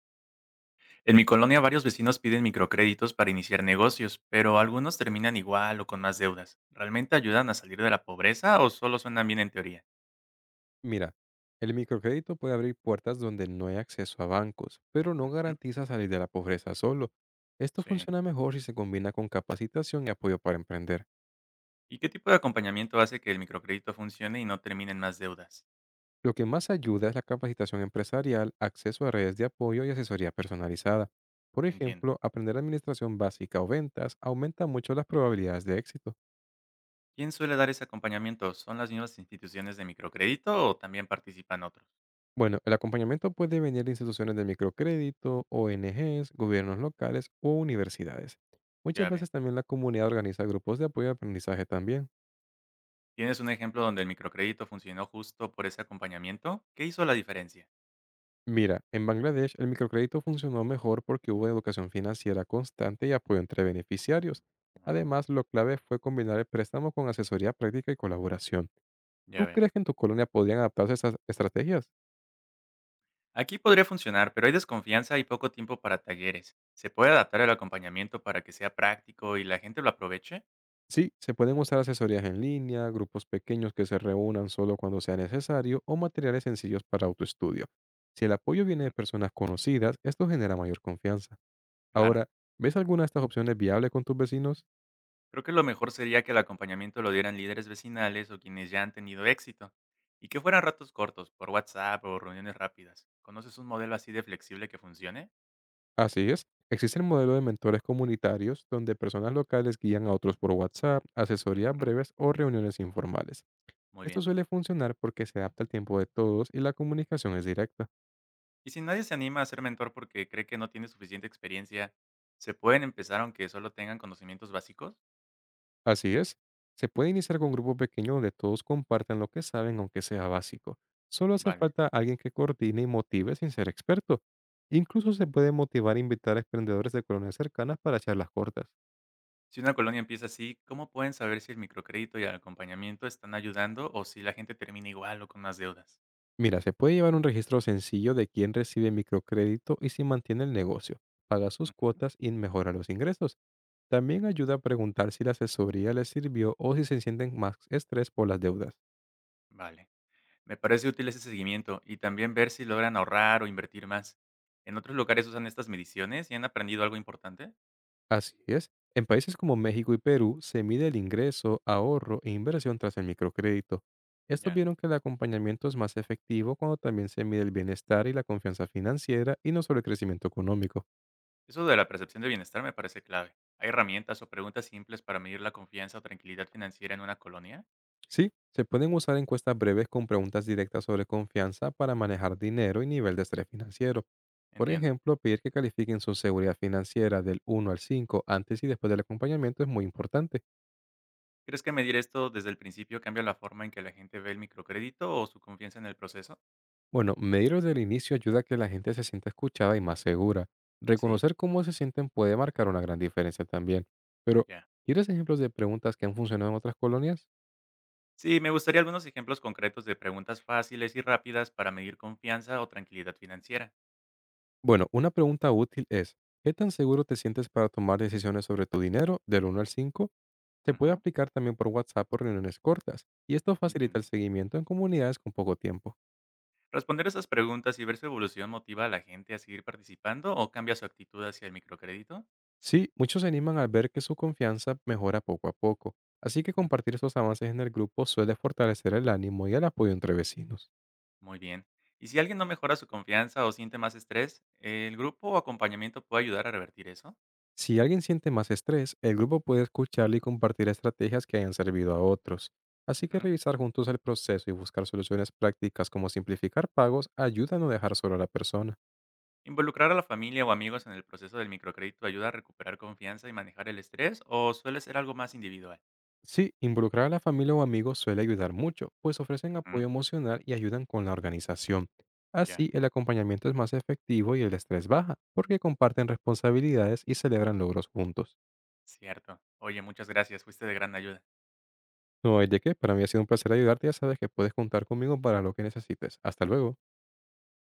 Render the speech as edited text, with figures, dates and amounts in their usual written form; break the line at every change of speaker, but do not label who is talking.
En mi colonia varios vecinos piden microcréditos para iniciar negocios, pero algunos terminan igual o con más deudas. ¿Realmente ayudan a salir de la pobreza o solo suenan bien en teoría?
Mira, el microcrédito puede abrir puertas donde no hay acceso a bancos, pero no
Ujú.
garantiza salir de la pobreza solo. Esto
Sí.
funciona mejor si se combina con capacitación y apoyo para emprender.
¿Y qué tipo de acompañamiento hace que el microcrédito funcione y no terminen más deudas?
Lo que más ayuda es la capacitación empresarial, acceso a redes de apoyo y asesoría personalizada. Por
Entiendo.
ejemplo, aprender administración básica o ventas aumenta mucho las probabilidades de éxito.
¿Quién suele dar ese acompañamiento? ¿Son las mismas instituciones de microcrédito o también participan otros?
Bueno, el acompañamiento puede venir de instituciones de microcrédito, ONGs, gobiernos locales o universidades. Muchas
Ya veo.
veces también la comunidad organiza grupos de apoyo de aprendizaje también.
¿Tienes un ejemplo donde el microcrédito funcionó justo por ese acompañamiento? ¿Qué hizo la diferencia?
Mira, en Bangladesh el microcrédito funcionó mejor porque hubo educación financiera constante y apoyo entre beneficiarios.
Ah,
Además, lo clave fue combinar el préstamo con asesoría práctica y colaboración.
ya
¿Tú
veo.
crees que en tu colonia podían adaptarse a estas estrategias?
Aquí podría funcionar, pero hay desconfianza y poco tiempo para talleres. ¿Se puede adaptar el acompañamiento para que sea práctico y la gente lo aproveche?
Sí, se pueden usar asesorías en línea, grupos pequeños que se reúnan solo cuando sea necesario o materiales sencillos para autoestudio. Si el apoyo viene de
Mm,
personas conocidas, esto genera mayor confianza.
claro.
Ahora, ¿ves alguna de estas opciones viable con tus vecinos?
Creo que lo mejor sería que el acompañamiento lo dieran líderes vecinales o quienes ya han tenido éxito. Y que fueran ratos cortos, por WhatsApp o reuniones rápidas. ¿Conoces un modelo así de flexible que funcione?
Así es, existe el modelo de mentores comunitarios donde personas locales guían a otros por WhatsApp, asesorías
Ujú.
breves o reuniones informales.
Muy
Esto
bien.
suele funcionar porque se adapta al tiempo de todos y la comunicación es directa.
Y si nadie se anima a ser mentor porque cree que no tiene suficiente experiencia, ¿se pueden empezar aunque solo tengan conocimientos básicos?
Así es. Se puede iniciar con un grupo pequeño donde todos compartan lo que saben, aunque sea básico. Solo hace
Vale.
falta alguien que coordine y motive sin ser experto. Incluso se puede motivar a invitar a emprendedores de colonias cercanas para charlas cortas.
Si una colonia empieza así, ¿cómo pueden saber si el microcrédito y el acompañamiento están ayudando o si la gente termina igual o con más deudas?
Mira, se puede llevar un registro sencillo de quién recibe microcrédito y si mantiene el negocio, paga sus
Mm.
cuotas y mejora los ingresos. También ayuda a preguntar si la asesoría les sirvió o si se sienten más estrés por las deudas.
Vale. Me parece útil ese seguimiento y también ver si logran ahorrar o invertir más. ¿En otros lugares usan estas mediciones y han aprendido algo importante?
Así es. En países como México y Perú se mide el ingreso, ahorro e inversión tras el microcrédito. Estos
Ya.
vieron que el acompañamiento es más efectivo cuando también se mide el bienestar y la confianza financiera y no solo el crecimiento económico.
Eso de la percepción de bienestar me parece clave. ¿Hay herramientas o preguntas simples para medir la confianza o tranquilidad financiera en una colonia?
Sí, se pueden usar encuestas breves con preguntas directas sobre confianza para manejar dinero y nivel de estrés financiero. Por
Entiendo.
ejemplo, pedir que califiquen su seguridad financiera del uno al 5 antes y después del acompañamiento es muy importante.
¿Crees que medir esto desde el principio cambia la forma en que la gente ve el microcrédito o su confianza en el proceso?
Bueno, medir desde el inicio ayuda a que la gente se sienta escuchada y más segura.
Sí,
Reconocer cómo se sienten puede marcar una gran diferencia también. Pero,
ya.
¿quieres ejemplos de preguntas que han funcionado en otras colonias?
Sí, me gustaría algunos ejemplos concretos de preguntas fáciles y rápidas para medir confianza o tranquilidad financiera.
Bueno, una pregunta útil es, ¿qué tan seguro te sientes para tomar decisiones sobre tu dinero del 1 al 5? Se puede
Ujú,
aplicar también por WhatsApp o reuniones cortas, y esto facilita el
entiendo.
seguimiento en comunidades con poco tiempo.
Responder esas preguntas y ver su evolución motiva a la gente a seguir participando o cambia su actitud hacia el microcrédito.
Sí, muchos se animan al ver que su confianza mejora poco a poco, así que
Mm.
compartir esos avances en el grupo suele fortalecer el ánimo y el apoyo entre vecinos.
Muy bien. Y si alguien no mejora su confianza o siente más estrés, ¿el grupo o acompañamiento puede ayudar a revertir eso?
Si alguien siente más estrés, el grupo puede escucharle y compartir estrategias que hayan servido a otros. Así que
Ujú.
revisar juntos el proceso y buscar soluciones prácticas como simplificar pagos ayuda a no dejar solo a la persona.
¿Involucrar a la familia o amigos en el proceso del microcrédito ayuda a recuperar confianza y manejar el estrés o suele ser algo más individual?
Sí, involucrar a la familia o amigos suele ayudar mucho, pues ofrecen apoyo
Ujú.
emocional y ayudan con la organización.
Ya.
Así, el acompañamiento es más efectivo y el estrés baja, porque comparten responsabilidades y celebran logros juntos.
Cierto. Oye, muchas gracias. Fuiste de gran ayuda.
No hay de qué, para mí ha sido un placer ayudarte, ya sabes que puedes contar conmigo para lo que necesites. Hasta luego.